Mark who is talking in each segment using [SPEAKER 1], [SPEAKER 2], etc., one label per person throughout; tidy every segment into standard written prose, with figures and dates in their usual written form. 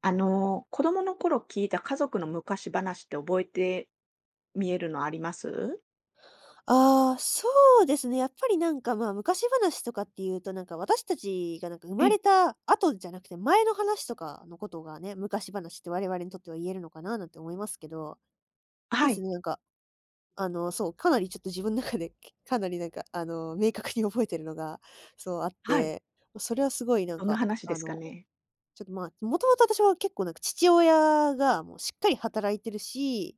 [SPEAKER 1] あの、子供の頃聞いた家族の昔話って覚えて見えるのあります？
[SPEAKER 2] ああ、そうですね。やっぱり昔話とかっていうと、私たちが生
[SPEAKER 1] え
[SPEAKER 2] まれ
[SPEAKER 1] え、
[SPEAKER 2] た後じゃなくて、前の話とかのことがね、昔話って我々にとっては言えるのかななんて思いますけど、そう
[SPEAKER 1] は
[SPEAKER 2] です
[SPEAKER 1] い、
[SPEAKER 2] ね、そう、かなりちょっと自分の中で、かなり明確に覚えてるのが、そうあっ
[SPEAKER 1] はい。
[SPEAKER 2] て、それはすごい
[SPEAKER 1] どんな話ですかね。
[SPEAKER 2] ちょっと、まあ、もともと私は結構なんか父親がもうしっかり働いてるし、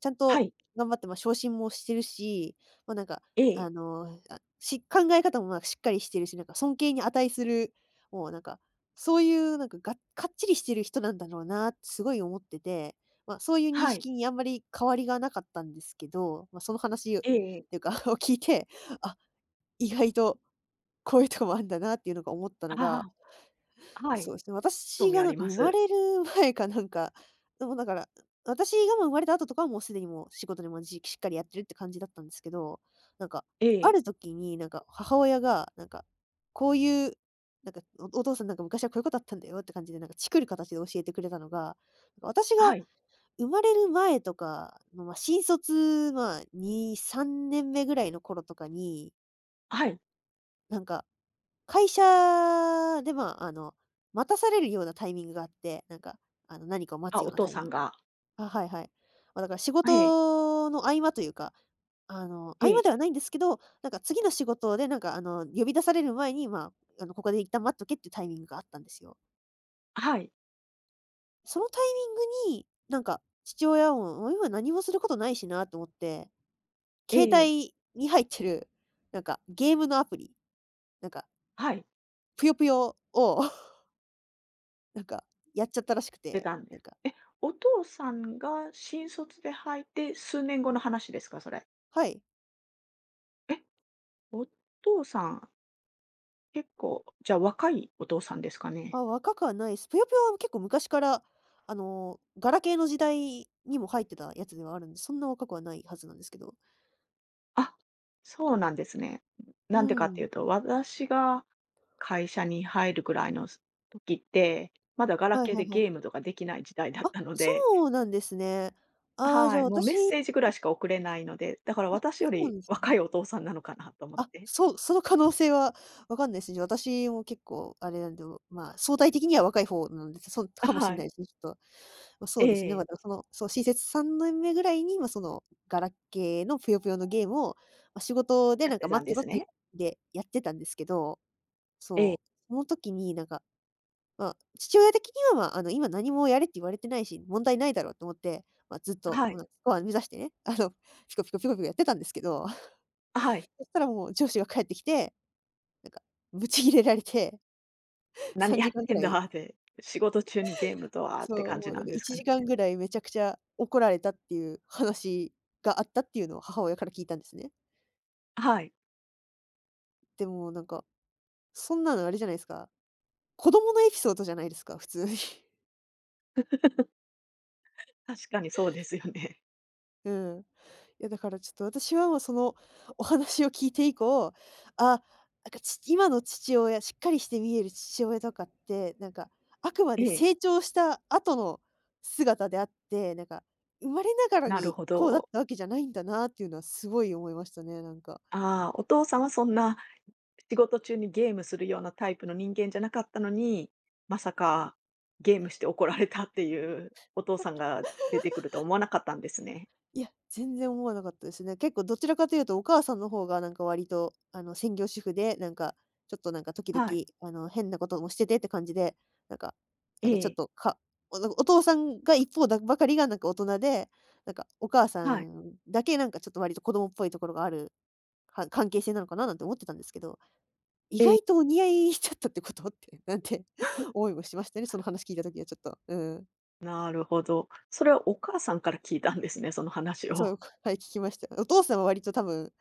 [SPEAKER 2] ちゃん
[SPEAKER 1] は
[SPEAKER 2] と
[SPEAKER 1] い、
[SPEAKER 2] 頑張って、昇進もしてるし、ま、なんか、
[SPEAKER 1] ええ、
[SPEAKER 2] 考え方もまあしっかりしてるし、なんか尊敬に値する、もうなんか、そういうなんか、がかっちりしてる人なんだろうなってすごい思ってて、そういう認
[SPEAKER 1] はい、
[SPEAKER 2] 識にあんまり変わりがなかったんですけど、その話っ
[SPEAKER 1] ええ、
[SPEAKER 2] ていうか を聞いて、あ、意外とこういうとこもあるんだなっていうのが思ったのが、
[SPEAKER 1] ああ、は
[SPEAKER 2] そ
[SPEAKER 1] い、
[SPEAKER 2] うですね、
[SPEAKER 1] 興
[SPEAKER 2] 私
[SPEAKER 1] 味
[SPEAKER 2] が
[SPEAKER 1] ありま
[SPEAKER 2] 生ま
[SPEAKER 1] す。
[SPEAKER 2] れる 前かなんか。でもだから、私がもう生まれた後とかはもうすでにもう仕事にもしっかりやってるって感じだったんですけど、なんか、
[SPEAKER 1] え
[SPEAKER 2] あ
[SPEAKER 1] え、
[SPEAKER 2] る時に母親が、なんか、こういう、なんか、おお父さんなんか昔はこういうことあったんだよって感じで、なんかチクる形で教えてくれたのが、私が
[SPEAKER 1] はい、
[SPEAKER 2] 生まれる前とかの、まあ、新卒、まあ、2、3年目ぐらいの頃とかに、
[SPEAKER 1] はい。
[SPEAKER 2] なんか会社で、待たされるようなタイミングがあって、何かを待
[SPEAKER 1] あ、
[SPEAKER 2] つよう
[SPEAKER 1] お
[SPEAKER 2] な
[SPEAKER 1] 父
[SPEAKER 2] タイ
[SPEAKER 1] さ
[SPEAKER 2] ミ
[SPEAKER 1] ん
[SPEAKER 2] ング。
[SPEAKER 1] が、
[SPEAKER 2] あ、はいはい。まあ、だから仕
[SPEAKER 1] ええ、
[SPEAKER 2] 事の合間というか、あの、
[SPEAKER 1] え
[SPEAKER 2] 合間
[SPEAKER 1] え、
[SPEAKER 2] ではないんですけど、なんか次の仕事で、呼び出される前に、ここで一旦待っとけっていうタイミングがあったんですよ。
[SPEAKER 1] はい、
[SPEAKER 2] そのタイミングに、父親も、もう今何もすることないしなと思って、
[SPEAKER 1] え
[SPEAKER 2] 携
[SPEAKER 1] え、
[SPEAKER 2] 帯に入ってる、ゲームのアプリ、なんか、
[SPEAKER 1] はい、
[SPEAKER 2] ぷよぷよを、なんか、やっちゃったらしく
[SPEAKER 1] 出
[SPEAKER 2] て、
[SPEAKER 1] たんです。え、お父さんが新卒で入って数年後の話ですか、それ。
[SPEAKER 2] はい。
[SPEAKER 1] え、お父さん、結構、じゃあ若いお父さんですかね。
[SPEAKER 2] あ、若くはないです。ぷよぷよは結構昔から、あの、ガラケーの時代にも入ってたやつではあるんで、そんな若くはないはずなんですけど。
[SPEAKER 1] あ、そうなんですね。
[SPEAKER 2] う
[SPEAKER 1] なんでかってい
[SPEAKER 2] ん。
[SPEAKER 1] うと、私が会社に入るぐらいの時って、まだガラ
[SPEAKER 2] はい
[SPEAKER 1] ケー
[SPEAKER 2] はい
[SPEAKER 1] で
[SPEAKER 2] は
[SPEAKER 1] ゲー
[SPEAKER 2] い。
[SPEAKER 1] ムとかできない時代だっ
[SPEAKER 2] あ、
[SPEAKER 1] たの
[SPEAKER 2] そ
[SPEAKER 1] で、
[SPEAKER 2] うなんですね。ああ、じ
[SPEAKER 1] は
[SPEAKER 2] ゃあ
[SPEAKER 1] い、もうメッ
[SPEAKER 2] 私、
[SPEAKER 1] セージぐらいしか送れないので、だから
[SPEAKER 2] あ、
[SPEAKER 1] 私よ
[SPEAKER 2] そうな
[SPEAKER 1] り
[SPEAKER 2] んです
[SPEAKER 1] 若
[SPEAKER 2] ね。
[SPEAKER 1] いお父さんなのかなと思っ
[SPEAKER 2] あ、
[SPEAKER 1] て。
[SPEAKER 2] そうその可能性はわかんないですね。私も結構あれなんで、まあ、相対的には若い方なんで、す。そん かもし
[SPEAKER 1] は
[SPEAKER 2] れない
[SPEAKER 1] い。
[SPEAKER 2] ですね、ちょっと。そ
[SPEAKER 1] え
[SPEAKER 2] うですね、ま、
[SPEAKER 1] え、
[SPEAKER 2] だからその、そう、新卒3年目ぐらいに、その、ガラケーのぷよぷよのゲームを、仕事で
[SPEAKER 1] や
[SPEAKER 2] な
[SPEAKER 1] っ
[SPEAKER 2] んか
[SPEAKER 1] てた
[SPEAKER 2] 待
[SPEAKER 1] ん
[SPEAKER 2] っ
[SPEAKER 1] で
[SPEAKER 2] てろ
[SPEAKER 1] す
[SPEAKER 2] っていう
[SPEAKER 1] ね。
[SPEAKER 2] でやってたんですけど、
[SPEAKER 1] ええ、
[SPEAKER 2] そう、その時に父親的には、ま、あの、今何もやれって言われてないし、問題ないだろうと思って、ずっと、
[SPEAKER 1] は
[SPEAKER 2] うん、
[SPEAKER 1] い、
[SPEAKER 2] スコア目指してね、あの、ピコピコピコピコやってたんですけど、
[SPEAKER 1] はい。
[SPEAKER 2] そしたらもう上司が帰ってきて、なんかブチギレられて、
[SPEAKER 1] 何
[SPEAKER 2] 3
[SPEAKER 1] やっ
[SPEAKER 2] 時間ぐ
[SPEAKER 1] てん
[SPEAKER 2] ら
[SPEAKER 1] だ
[SPEAKER 2] い、
[SPEAKER 1] って仕事中にゲームとはっ
[SPEAKER 2] そ
[SPEAKER 1] て
[SPEAKER 2] う、
[SPEAKER 1] 感
[SPEAKER 2] も
[SPEAKER 1] じ
[SPEAKER 2] う
[SPEAKER 1] な
[SPEAKER 2] なん
[SPEAKER 1] ん
[SPEAKER 2] か
[SPEAKER 1] です
[SPEAKER 2] 1
[SPEAKER 1] かね。
[SPEAKER 2] 時間ぐらいめちゃくちゃ怒られたっていう話があったっていうのを母親から聞いたんですね。
[SPEAKER 1] はい、
[SPEAKER 2] でもそんなのあれじゃないですか、子供のエピソードじゃないですか、普通に。
[SPEAKER 1] 確かにそうですよね。
[SPEAKER 2] うん。いやだからちょっと私はもうそのお話を聞いて以降、あ、なんかち今の父親、しっかりして見える父親とかって、なんか あくまで
[SPEAKER 1] ええ、
[SPEAKER 2] 成長した後の姿であって、なんか生まれながら
[SPEAKER 1] なる
[SPEAKER 2] に
[SPEAKER 1] ほ
[SPEAKER 2] こうだっ
[SPEAKER 1] ど。
[SPEAKER 2] たわけじゃないんだなっていうのはすごい思いましたね、なんか。
[SPEAKER 1] ああ、お父さんはそんな仕事中にゲームするようなタイプの人間じゃなかったのに、まさかゲームして怒られたっていうお父さんが出てくると思わなかったんですね。
[SPEAKER 2] いや、全然思わなかったですね。結構どちらかというと、お母さんの方がなんか割と、あの、専業主婦で、ちょっとなんか時々、
[SPEAKER 1] はい。
[SPEAKER 2] あの、変なこともしててって感じで、なんか、な
[SPEAKER 1] え
[SPEAKER 2] んかちょっ
[SPEAKER 1] え。
[SPEAKER 2] と、お父さんが一方だばかりがなんか大人で、なんかお母さ
[SPEAKER 1] はい。
[SPEAKER 2] んだけなんかちょっと割と子供っぽいところがある、関係性なのかななんて思ってたんですけど、意
[SPEAKER 1] ええ。
[SPEAKER 2] 外とお似合いしちゃったってこと って、なんて 思いもしましたね。その話聞いた時はちょっと。うん。
[SPEAKER 1] なるほど。それはお母さんから聞いたんですね、その話
[SPEAKER 2] そ
[SPEAKER 1] を。
[SPEAKER 2] う、はい、聞きました。お父さんは割と多分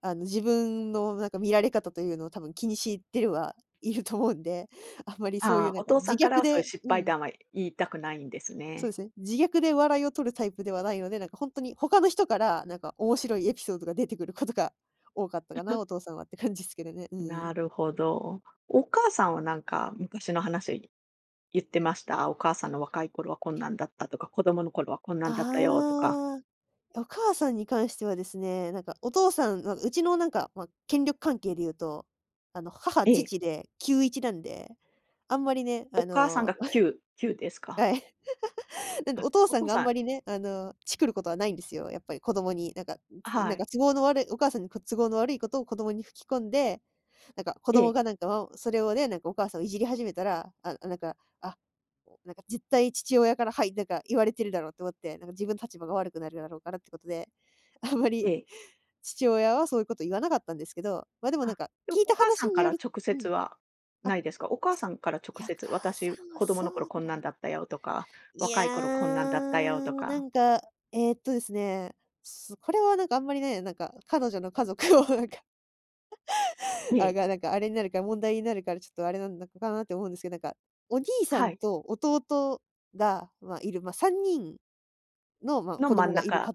[SPEAKER 2] あの、自分のなんか見られ方というのを多分気にしてるはいると思うんで、あんまりそうい
[SPEAKER 1] あ
[SPEAKER 2] う
[SPEAKER 1] あ、
[SPEAKER 2] なん
[SPEAKER 1] お
[SPEAKER 2] か
[SPEAKER 1] 父さ
[SPEAKER 2] 自
[SPEAKER 1] んから
[SPEAKER 2] 虐
[SPEAKER 1] はそういう
[SPEAKER 2] で
[SPEAKER 1] 失
[SPEAKER 2] う
[SPEAKER 1] 敗
[SPEAKER 2] ん、
[SPEAKER 1] 談は言いたくないんです
[SPEAKER 2] そうで
[SPEAKER 1] ね。
[SPEAKER 2] すね、自虐で笑いを取るタイプではないので、なんかほんとに他の人からなんか面白いエピソードが出てくることが多かったかな、お父さんはって感じすけどね。うん。
[SPEAKER 1] なるほど。お母さんはなんか昔の話言ってました？お母さんの若い頃はこんなんだったとか、子供の頃はこんなんだったよとか。
[SPEAKER 2] ああ、お母さんに関してはですね、お父さんはうちの権力関係で言うと、あの、母、
[SPEAKER 1] ええ。
[SPEAKER 2] 父で 9・ 1なんで、あんまりね、あ
[SPEAKER 1] お母さん
[SPEAKER 2] の
[SPEAKER 1] が9、9です
[SPEAKER 2] は
[SPEAKER 1] か？
[SPEAKER 2] い。なんで、
[SPEAKER 1] あ、
[SPEAKER 2] お父
[SPEAKER 1] お
[SPEAKER 2] さん
[SPEAKER 1] 父
[SPEAKER 2] があん
[SPEAKER 1] さん
[SPEAKER 2] まりね、あの、チクることはないんですよ。やっぱり子供に、なんか、つな
[SPEAKER 1] は
[SPEAKER 2] ん
[SPEAKER 1] い。
[SPEAKER 2] か都合の悪いお母さんにこ都合の悪いことを子供に吹き込んで、なんか子
[SPEAKER 1] え
[SPEAKER 2] 供
[SPEAKER 1] え、
[SPEAKER 2] がそれをね、なんかお母さんをいじり始めたら、なんか絶対父親から、はい、なんか言われてるだろうと思って、なんか自分の立場が悪くなるだろうからってことで、あんま
[SPEAKER 1] え
[SPEAKER 2] り
[SPEAKER 1] え。
[SPEAKER 2] 父親はそういうこと言わなかったんですけど、でもなん
[SPEAKER 1] あ、
[SPEAKER 2] か
[SPEAKER 1] でも
[SPEAKER 2] 聞い
[SPEAKER 1] お
[SPEAKER 2] た
[SPEAKER 1] 母さ
[SPEAKER 2] 話
[SPEAKER 1] ん
[SPEAKER 2] に
[SPEAKER 1] か
[SPEAKER 2] よ
[SPEAKER 1] ら
[SPEAKER 2] る
[SPEAKER 1] 直
[SPEAKER 2] う
[SPEAKER 1] 接
[SPEAKER 2] ん、
[SPEAKER 1] は
[SPEAKER 2] あ、
[SPEAKER 1] ないですか？お母さんから
[SPEAKER 2] い
[SPEAKER 1] 直
[SPEAKER 2] や、お
[SPEAKER 1] 接、
[SPEAKER 2] 母
[SPEAKER 1] 私、
[SPEAKER 2] さんは
[SPEAKER 1] 子供
[SPEAKER 2] そ
[SPEAKER 1] の
[SPEAKER 2] う
[SPEAKER 1] 頃こ
[SPEAKER 2] だ
[SPEAKER 1] んな
[SPEAKER 2] ろ
[SPEAKER 1] ん
[SPEAKER 2] う
[SPEAKER 1] だったよとか、
[SPEAKER 2] い
[SPEAKER 1] 若い頃こんな
[SPEAKER 2] や、
[SPEAKER 1] んだったよと
[SPEAKER 2] な
[SPEAKER 1] か、
[SPEAKER 2] んか、ですね、これはなんかあんまりね、なんか彼女の家族を なんか、
[SPEAKER 1] え
[SPEAKER 2] あ、
[SPEAKER 1] え、
[SPEAKER 2] が、なんかあれになるから問題になるからちょっとあれなんだかなって思うんですけど、なんか、お兄さ
[SPEAKER 1] は
[SPEAKER 2] ん
[SPEAKER 1] い、
[SPEAKER 2] と弟が、まあ、いる、まあ、3人の、まあ、
[SPEAKER 1] の
[SPEAKER 2] 子
[SPEAKER 1] 真
[SPEAKER 2] 供
[SPEAKER 1] ん
[SPEAKER 2] がいる家
[SPEAKER 1] 中、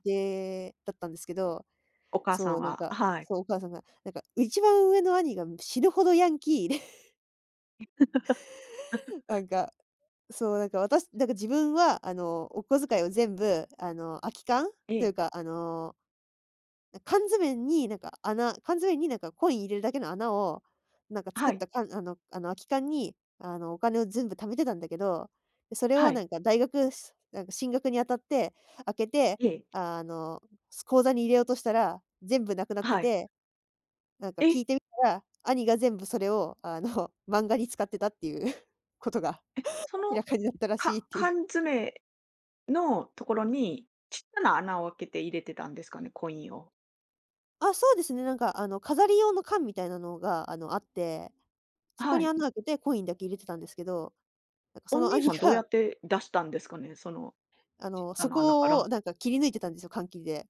[SPEAKER 2] 庭だったんですけど、
[SPEAKER 1] お母さ
[SPEAKER 2] そう、
[SPEAKER 1] んははい、
[SPEAKER 2] お母さんが、なんか一番上の兄が死ぬほどヤンキーで、なんか、私自分はあの、お小遣いを全部、あの、空き缶
[SPEAKER 1] え
[SPEAKER 2] という
[SPEAKER 1] え、
[SPEAKER 2] か、あの缶詰になんかコイン入れるだけの穴を、なんか作
[SPEAKER 1] は
[SPEAKER 2] っ
[SPEAKER 1] い、
[SPEAKER 2] た缶、あの空き缶に、あのお金を全部貯めてたんだけど、それ
[SPEAKER 1] は
[SPEAKER 2] を
[SPEAKER 1] い、
[SPEAKER 2] 大学しなんか進学にあたって、開けて、
[SPEAKER 1] ええ、
[SPEAKER 2] あの、口座に入れようとしたら、全部なくなって
[SPEAKER 1] はい。
[SPEAKER 2] て、なんか
[SPEAKER 1] え、
[SPEAKER 2] 聞いてみたら、兄が全部それをあの 漫画に使ってたっていう ことが
[SPEAKER 1] え、そ
[SPEAKER 2] 明ら
[SPEAKER 1] の、
[SPEAKER 2] かになったらしいっていう。
[SPEAKER 1] 缶詰のところにちっちゃな穴を開けて入れてたんですかね、コインを。
[SPEAKER 2] あ、そうですね、なんかあの飾り用の缶みたいなのがあって、そこ
[SPEAKER 1] は
[SPEAKER 2] に
[SPEAKER 1] い。
[SPEAKER 2] 穴開けてコインだけ入れてたんですけどなんかそ
[SPEAKER 1] お
[SPEAKER 2] の
[SPEAKER 1] 兄
[SPEAKER 2] 兄
[SPEAKER 1] さんどうや
[SPEAKER 2] が、
[SPEAKER 1] っ て出したんですかね？その、
[SPEAKER 2] あ
[SPEAKER 1] 小
[SPEAKER 2] の、
[SPEAKER 1] さ
[SPEAKER 2] そ
[SPEAKER 1] な穴か
[SPEAKER 2] こを
[SPEAKER 1] ら。
[SPEAKER 2] なんか切り抜いてたんですよ、缶切りで。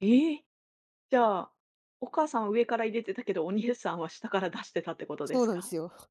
[SPEAKER 1] ええ、じゃあ、お母さんは上から入れてたけど、お兄さんは下から出してたってことで
[SPEAKER 2] そう
[SPEAKER 1] す
[SPEAKER 2] なんで
[SPEAKER 1] か？
[SPEAKER 2] すよ。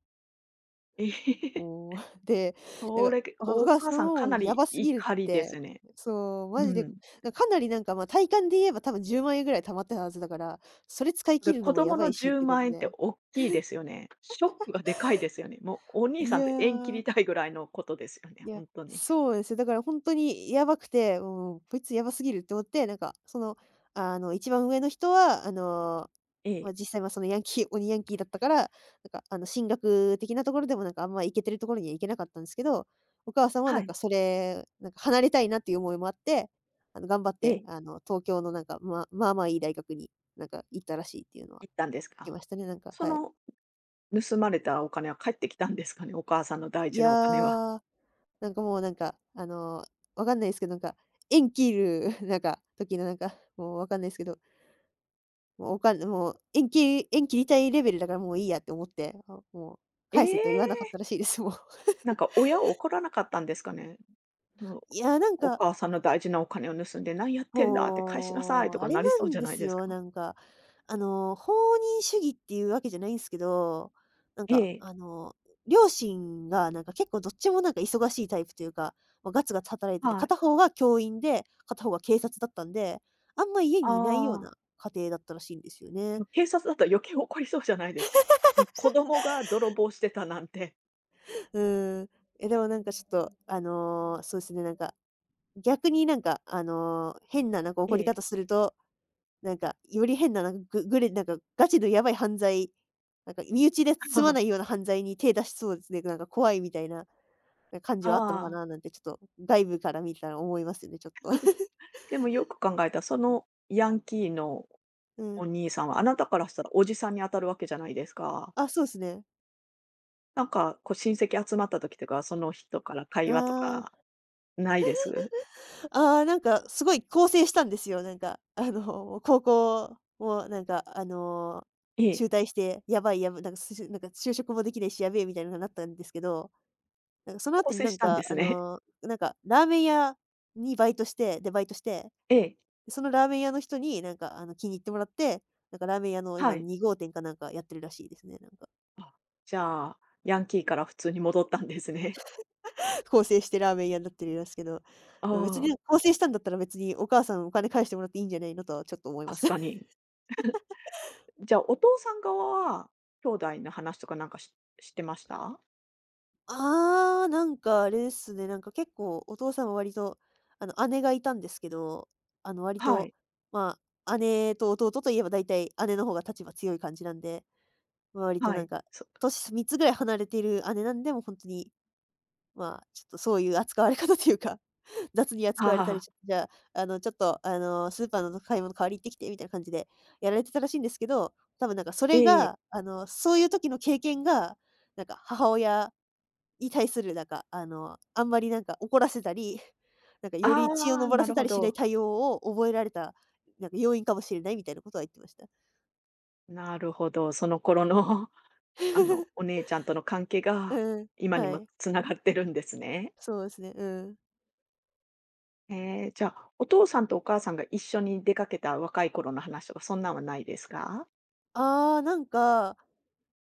[SPEAKER 1] えー
[SPEAKER 2] もう、で、
[SPEAKER 1] それ、
[SPEAKER 2] お
[SPEAKER 1] お
[SPEAKER 2] 母
[SPEAKER 1] 母
[SPEAKER 2] さん
[SPEAKER 1] さんか
[SPEAKER 2] も
[SPEAKER 1] な
[SPEAKER 2] や
[SPEAKER 1] り
[SPEAKER 2] ばすぎるっ
[SPEAKER 1] 怒りで
[SPEAKER 2] て。
[SPEAKER 1] すね。
[SPEAKER 2] そう、マジ
[SPEAKER 1] う
[SPEAKER 2] で、
[SPEAKER 1] ん。
[SPEAKER 2] かなり、まあ、体感で言えば多分10万円ぐらい貯まってたはずだから、それ使い
[SPEAKER 1] これ
[SPEAKER 2] 切るの
[SPEAKER 1] 子
[SPEAKER 2] もや
[SPEAKER 1] 供
[SPEAKER 2] ば
[SPEAKER 1] の
[SPEAKER 2] いしっ
[SPEAKER 1] 10
[SPEAKER 2] てこ
[SPEAKER 1] 万
[SPEAKER 2] と
[SPEAKER 1] 円って
[SPEAKER 2] で。
[SPEAKER 1] 大きいですよね。ショックがでかいですよね。もうお兄
[SPEAKER 2] い
[SPEAKER 1] さ
[SPEAKER 2] や
[SPEAKER 1] んと縁切り
[SPEAKER 2] ー。
[SPEAKER 1] たいぐらいのことですよ
[SPEAKER 2] い
[SPEAKER 1] ね、
[SPEAKER 2] や、
[SPEAKER 1] 本当に。
[SPEAKER 2] そうですよ。だから本当にやばくて、もう、こいつやばすぎるって思って、一番上の人は、
[SPEAKER 1] え
[SPEAKER 2] まあ、
[SPEAKER 1] え、
[SPEAKER 2] 実際、ま、ヤンキー鬼ヤンキーだったから、進学的なところでも、あんま行けてるところには行けなかったんですけど、お母さんは、
[SPEAKER 1] は
[SPEAKER 2] なん
[SPEAKER 1] い、
[SPEAKER 2] か、それ、なんか、離れたいなっていう思いもあって、頑張っ
[SPEAKER 1] え
[SPEAKER 2] て、
[SPEAKER 1] え、
[SPEAKER 2] 東京の、まあまあまあいい大学に、行ったらしいっていうのは
[SPEAKER 1] 行ったんです
[SPEAKER 2] 聞き
[SPEAKER 1] か？
[SPEAKER 2] ましたね、
[SPEAKER 1] そ
[SPEAKER 2] はい。
[SPEAKER 1] の盗まれたお金は返ってきたんですかね？お母さんの大
[SPEAKER 2] い
[SPEAKER 1] 事
[SPEAKER 2] や
[SPEAKER 1] なお金は。
[SPEAKER 2] ー、もう、わかんないですけど、縁切る、時のもうわかんないですけど、もうおかんもう縁切りたいレベルだからもういいやって思って、あ、もう
[SPEAKER 1] え
[SPEAKER 2] 返せと言わなかった
[SPEAKER 1] え！
[SPEAKER 2] らしいです、もう。
[SPEAKER 1] なんか親を怒らなかったんですかね？もう
[SPEAKER 2] いや、
[SPEAKER 1] お母さんの大事なお金を盗んで「何やってんだ」って「返しなさい」
[SPEAKER 2] も
[SPEAKER 1] と
[SPEAKER 2] う、あ
[SPEAKER 1] か
[SPEAKER 2] れ
[SPEAKER 1] なり
[SPEAKER 2] な
[SPEAKER 1] そう
[SPEAKER 2] ん
[SPEAKER 1] じゃ
[SPEAKER 2] で
[SPEAKER 1] ない
[SPEAKER 2] す
[SPEAKER 1] です
[SPEAKER 2] よ。
[SPEAKER 1] か？
[SPEAKER 2] 放任主義っていうわけじゃないんすけど、なん
[SPEAKER 1] え
[SPEAKER 2] か、
[SPEAKER 1] え、
[SPEAKER 2] あの、両親が結構どっちも忙しいタイプというか、もうガツガツ働いてて、
[SPEAKER 1] はい。
[SPEAKER 2] 片方が教員で、片方が警察だったんで、あんま家にいないよう
[SPEAKER 1] ああ、
[SPEAKER 2] な家庭だったらしいんですよ
[SPEAKER 1] で
[SPEAKER 2] ね。
[SPEAKER 1] も警察だったら余計怒りそうじゃないですか？うん、子供が泥棒してたなんて。
[SPEAKER 2] うーん。え、でもちょっと、そうですね、逆に変な
[SPEAKER 1] え
[SPEAKER 2] 怒り
[SPEAKER 1] え。
[SPEAKER 2] 方するとより変な、なんか、ぐぐれなんか、ガチのやばい犯罪、身内で済まな いような犯罪に手出しそうですね。怖いみたいな感じ
[SPEAKER 1] あ
[SPEAKER 2] はあったのか
[SPEAKER 1] あ、
[SPEAKER 2] ななんてちょっと外部から見たら思いますよね、ちょっと。
[SPEAKER 1] でもよく考えたら、そのヤンキーの
[SPEAKER 2] うん。
[SPEAKER 1] お兄さんは、あなたからしたらおじさんに当たるわけじゃないですか。
[SPEAKER 2] あ、そうですね。
[SPEAKER 1] なんかこう親戚集まった時とか、その人から
[SPEAKER 2] あ
[SPEAKER 1] 会話と
[SPEAKER 2] あ、
[SPEAKER 1] かないです？
[SPEAKER 2] ああ、すごい更生したんですよ。高校を
[SPEAKER 1] え
[SPEAKER 2] 中
[SPEAKER 1] え。
[SPEAKER 2] 退して、やばいやばい就職もできないしやべえみたいなのになったんですけど、その
[SPEAKER 1] 更
[SPEAKER 2] 後に
[SPEAKER 1] 生したんですね。
[SPEAKER 2] ラーメン屋にバイトして、で、バイトして、
[SPEAKER 1] ええ、
[SPEAKER 2] そのラーメン屋の人に気に入ってもらって、ラーメン屋の今
[SPEAKER 1] はい。
[SPEAKER 2] 2号店かなんかやってるらしいですね、
[SPEAKER 1] あ、じゃあ、ヤンキーから普通に戻ったんですね。
[SPEAKER 2] 構成してラーメン屋になってるらすけど、
[SPEAKER 1] あ
[SPEAKER 2] うん、別に
[SPEAKER 1] あ、
[SPEAKER 2] 構成したんだったら別にお母さんお金返してもらっていいんじゃないのとはちょっと思いま
[SPEAKER 1] 確
[SPEAKER 2] す。
[SPEAKER 1] か に。じゃあ、お父さん側は、兄弟の話とかなんか知ってました？
[SPEAKER 2] ああ、あれですね。結構お父さんは割と、姉がいたんですけど、割
[SPEAKER 1] は
[SPEAKER 2] と、
[SPEAKER 1] い、
[SPEAKER 2] まあ、姉と弟といえば大体姉の方が立場強い感じなんで、まあ割と
[SPEAKER 1] はい。
[SPEAKER 2] 年3つぐらい離れている姉なんで、もうほんとに、まあ、ちょっとそういう扱われ方というか、雑に
[SPEAKER 1] あ
[SPEAKER 2] 扱われたり、
[SPEAKER 1] あ、
[SPEAKER 2] じゃあ、ちょっと、スーパーの買い物代わりに行ってきてみたいな感じでやられてたらしいんですけど、多分そ
[SPEAKER 1] え
[SPEAKER 2] れが、
[SPEAKER 1] え。
[SPEAKER 2] そういう時の経験が、母親に対するあんまり怒らせたり、よ
[SPEAKER 1] あ
[SPEAKER 2] り血を
[SPEAKER 1] あ、
[SPEAKER 2] 上ら
[SPEAKER 1] な
[SPEAKER 2] せ
[SPEAKER 1] る
[SPEAKER 2] た
[SPEAKER 1] ほ
[SPEAKER 2] りしない
[SPEAKER 1] ど。
[SPEAKER 2] 対応を覚えられた、要因かもしれないみたいなことは言ってました。
[SPEAKER 1] なるほど。その頃の あの、お 姉ちゃんとの関係が、
[SPEAKER 2] うん、
[SPEAKER 1] 今に
[SPEAKER 2] は
[SPEAKER 1] も
[SPEAKER 2] い。
[SPEAKER 1] つながってるんですね。
[SPEAKER 2] そうですね、うん。
[SPEAKER 1] ええ、じゃあ、お父さんとお母さんが一緒に出かけた若い頃の話とか、そんなんはないですか？
[SPEAKER 2] ああ、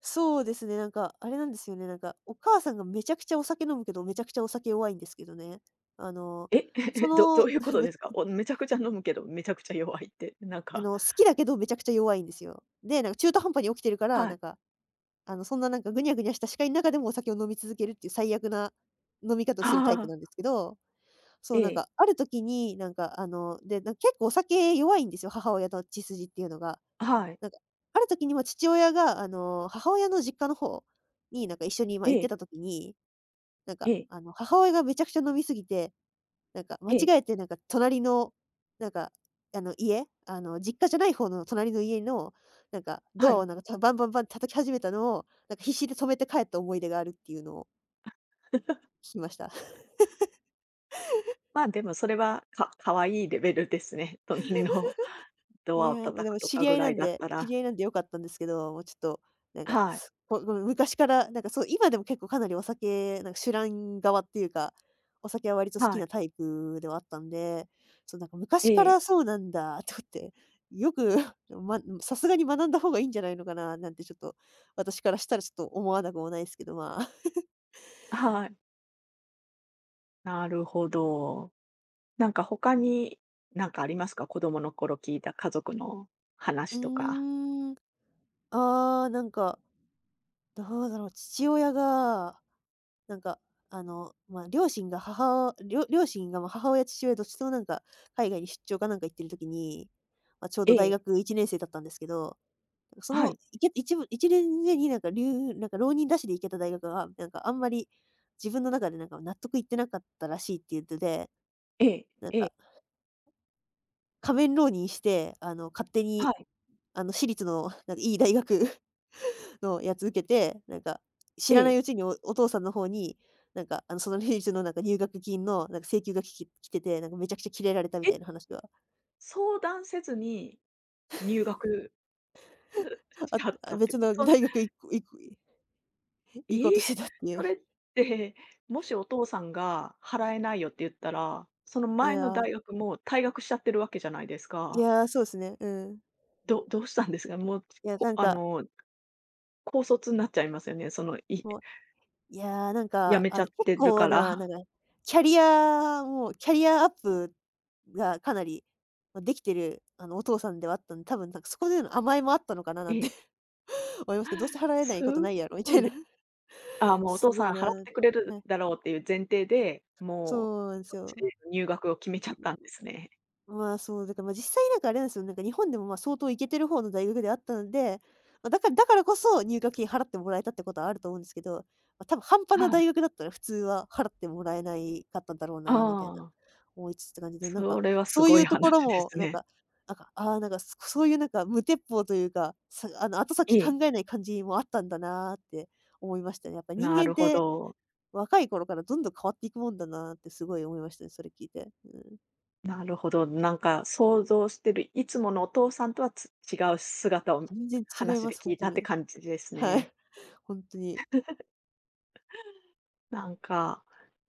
[SPEAKER 2] そうですね、あれなんですよね。お母さんがめちゃくちゃお酒飲むけど、めちゃくちゃお酒弱いんですけどね。あの、
[SPEAKER 1] え、
[SPEAKER 2] そ
[SPEAKER 1] ど
[SPEAKER 2] の、
[SPEAKER 1] ういうこ と
[SPEAKER 2] め
[SPEAKER 1] ですか？めちゃくちゃ飲むけど、めちゃくちゃ弱いって、なん
[SPEAKER 2] あ
[SPEAKER 1] か
[SPEAKER 2] の、好きだけどめちゃくちゃ弱いんですよ。で、中途半端に起きてるから、
[SPEAKER 1] はい。
[SPEAKER 2] そんなぐにゃぐにゃした視界の中でもお酒を飲み続けるっていう最悪な飲み 方をするタイプ
[SPEAKER 1] あ
[SPEAKER 2] なんで
[SPEAKER 1] あ、
[SPEAKER 2] すけど、そ
[SPEAKER 1] え
[SPEAKER 2] う、
[SPEAKER 1] え、
[SPEAKER 2] ある時に、なんか、あの、で、なんか結構お酒弱いんですよ、母親の血筋っていうのが。
[SPEAKER 1] はい、
[SPEAKER 2] なんか、ある時に、ま、父親が、母親の実家の方に、一緒に、ま、
[SPEAKER 1] え
[SPEAKER 2] 行って
[SPEAKER 1] え、
[SPEAKER 2] た時に、
[SPEAKER 1] ええ、
[SPEAKER 2] 母親がめちゃくちゃ飲み過ぎて、間違
[SPEAKER 1] ええ、
[SPEAKER 2] えて、隣の、なんか、あの、家、あの、実家じゃない方の隣の家の、ド
[SPEAKER 1] は
[SPEAKER 2] アを、
[SPEAKER 1] い。
[SPEAKER 2] バンバンバンって叩き始めたのを、必死で止めて帰った思い出があるっていうのを 聞きました。
[SPEAKER 1] まあ、でもそれは、可愛いいレベルですね。隣の ド
[SPEAKER 2] い
[SPEAKER 1] アを
[SPEAKER 2] や、ま、
[SPEAKER 1] 叩
[SPEAKER 2] で
[SPEAKER 1] く
[SPEAKER 2] も
[SPEAKER 1] と
[SPEAKER 2] 知
[SPEAKER 1] か
[SPEAKER 2] り合
[SPEAKER 1] ぐ
[SPEAKER 2] い
[SPEAKER 1] ら
[SPEAKER 2] な
[SPEAKER 1] い
[SPEAKER 2] ん
[SPEAKER 1] だっ
[SPEAKER 2] で
[SPEAKER 1] た
[SPEAKER 2] 知
[SPEAKER 1] ら
[SPEAKER 2] り合いなんで良かったんですけど、もうちょっと、なんか、
[SPEAKER 1] はい、
[SPEAKER 2] すこう、む昔から、そう、今でも結構かなりお酒、酒乱側っていうか、お酒は割と好き
[SPEAKER 1] はい、
[SPEAKER 2] なタイプではあったんで、そう、
[SPEAKER 1] え
[SPEAKER 2] 昔か
[SPEAKER 1] え、
[SPEAKER 2] らそうなんだと思って、よく、さすがに学んだ方がいいんじゃないのかななんてちょっと、私からしたらちょっと思わなくもないですけど、まあ。
[SPEAKER 1] はい。なるほど。なんか他に、なんかありますか？子供の頃聞いた家族の
[SPEAKER 2] う
[SPEAKER 1] 話とか。
[SPEAKER 2] ーん、ああ、どうだろう。父親がなんか、あの、まあ、両親が母両親が、ま、母親、父親どっちとも海外に出張かなんか行ってる時に、まあ、ちょうど
[SPEAKER 1] え
[SPEAKER 2] 大
[SPEAKER 1] え、
[SPEAKER 2] 学1年生だったんですけど、
[SPEAKER 1] はい、
[SPEAKER 2] 一部1年生になんかり浪人なしで行けた大学は、あんまり、自分の中で納得いってなかったらしいって言ってて、
[SPEAKER 1] ええ、
[SPEAKER 2] なん
[SPEAKER 1] ええ、
[SPEAKER 2] か、仮面浪人して、勝手
[SPEAKER 1] は
[SPEAKER 2] に、
[SPEAKER 1] い、
[SPEAKER 2] 私立のいい大学のやつ受けて、知
[SPEAKER 1] え
[SPEAKER 2] らない
[SPEAKER 1] え。
[SPEAKER 2] うちにお父さんの方に、そのレイの入学金の請求が来てて、めちゃくちゃキレられたみ
[SPEAKER 1] え、
[SPEAKER 2] たいな話が、
[SPEAKER 1] 相談せずに入学 し
[SPEAKER 2] あ
[SPEAKER 1] ちゃっ
[SPEAKER 2] あ、
[SPEAKER 1] たっ
[SPEAKER 2] 別
[SPEAKER 1] て、
[SPEAKER 2] の大学いこいこ行こう
[SPEAKER 1] え
[SPEAKER 2] と
[SPEAKER 1] え、
[SPEAKER 2] してたってい
[SPEAKER 1] そ
[SPEAKER 2] う。
[SPEAKER 1] れって、もしお父さんが払えないよって言ったら、その
[SPEAKER 2] い
[SPEAKER 1] 前の
[SPEAKER 2] や、
[SPEAKER 1] 大学も退学しちゃってるわけじゃないですか。
[SPEAKER 2] そうですね、うん。
[SPEAKER 1] どうしたんですか？もう、
[SPEAKER 2] いや、なん
[SPEAKER 1] あ
[SPEAKER 2] か、
[SPEAKER 1] の、高卒になっちゃいますよね、その、
[SPEAKER 2] もう、いや、なん
[SPEAKER 1] 辞
[SPEAKER 2] か、
[SPEAKER 1] めち
[SPEAKER 2] あ
[SPEAKER 1] ゃ
[SPEAKER 2] の、
[SPEAKER 1] っ
[SPEAKER 2] 結
[SPEAKER 1] てる
[SPEAKER 2] 構
[SPEAKER 1] から。
[SPEAKER 2] な、キャリアアップがかなり、ま、できてる、お父さんではあったんで、多分そこでの甘えもあったのかな
[SPEAKER 1] え
[SPEAKER 2] なんて
[SPEAKER 1] え、
[SPEAKER 2] 思いますけど、どうせ払えないことな
[SPEAKER 1] す
[SPEAKER 2] いやろみたいな。
[SPEAKER 1] あ、もうお
[SPEAKER 2] す
[SPEAKER 1] 父
[SPEAKER 2] ご
[SPEAKER 1] さ
[SPEAKER 2] い
[SPEAKER 1] ん払っ
[SPEAKER 2] な。
[SPEAKER 1] てくれ
[SPEAKER 2] は
[SPEAKER 1] る
[SPEAKER 2] い。
[SPEAKER 1] だろうっていう前提で、も
[SPEAKER 2] そうなんで
[SPEAKER 1] う、
[SPEAKER 2] す
[SPEAKER 1] そっ
[SPEAKER 2] よ。
[SPEAKER 1] ちで入学を決めちゃったんですね。
[SPEAKER 2] まあ、そう、だから、ま、実際あれなんですよ、日本でも、ま、相当イケてる方の大学であったので、まあ、だからこそ入学金払ってもらえたってことはあると思うんですけど、まあ、多分半端
[SPEAKER 1] は
[SPEAKER 2] な
[SPEAKER 1] い。
[SPEAKER 2] 大学だったら普通は払ってもらえないかったんだろうなみたいな
[SPEAKER 1] ああ、
[SPEAKER 2] 思いつつって感じで、
[SPEAKER 1] それはす
[SPEAKER 2] そう
[SPEAKER 1] ご
[SPEAKER 2] い
[SPEAKER 1] い
[SPEAKER 2] うとこ
[SPEAKER 1] 話
[SPEAKER 2] ろ
[SPEAKER 1] で
[SPEAKER 2] も、
[SPEAKER 1] すね。
[SPEAKER 2] そういう無鉄砲というか、さあの、後
[SPEAKER 1] え
[SPEAKER 2] 先
[SPEAKER 1] え。
[SPEAKER 2] 考えない感じもあったんだなーって思いましたね。やっぱ人
[SPEAKER 1] な
[SPEAKER 2] 間っ
[SPEAKER 1] るほ
[SPEAKER 2] て
[SPEAKER 1] ど。
[SPEAKER 2] 若い頃からどんどん変わっていくもんだなってすごい思いましたね、それ聞いて。うん。
[SPEAKER 1] なるほど。なんか想像してるいつものお父さんとは違う姿を
[SPEAKER 2] 全然違い
[SPEAKER 1] 話
[SPEAKER 2] ま
[SPEAKER 1] で
[SPEAKER 2] す、ほ
[SPEAKER 1] 聞
[SPEAKER 2] ん
[SPEAKER 1] い
[SPEAKER 2] と
[SPEAKER 1] たって
[SPEAKER 2] に。
[SPEAKER 1] 感じです
[SPEAKER 2] は
[SPEAKER 1] ね。
[SPEAKER 2] い、ほんとに。
[SPEAKER 1] なんか、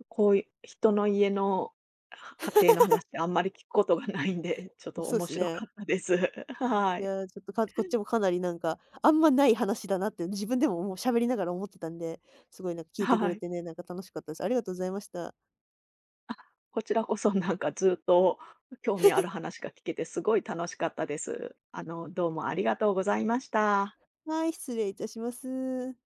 [SPEAKER 1] こういう人の家の家庭の話ってあんまり聞くことがないんで、
[SPEAKER 2] い
[SPEAKER 1] ちょっ
[SPEAKER 2] や、
[SPEAKER 1] と
[SPEAKER 2] そうで
[SPEAKER 1] 面
[SPEAKER 2] す
[SPEAKER 1] 白
[SPEAKER 2] ね。
[SPEAKER 1] かったです。は
[SPEAKER 2] い
[SPEAKER 1] い。
[SPEAKER 2] や、ちょっと、こっちもかなり、あんまない話だなって自分でも、もう喋りながら思ってたんで、すごい聞いてく
[SPEAKER 1] は
[SPEAKER 2] れ
[SPEAKER 1] い。
[SPEAKER 2] てね、楽しかったです。ありがとうございました。
[SPEAKER 1] こちらこそなんかずっと興味ある話が聞けてすごい楽しかったです。あの、どうもありがとうございました。
[SPEAKER 2] はい、失礼いたします。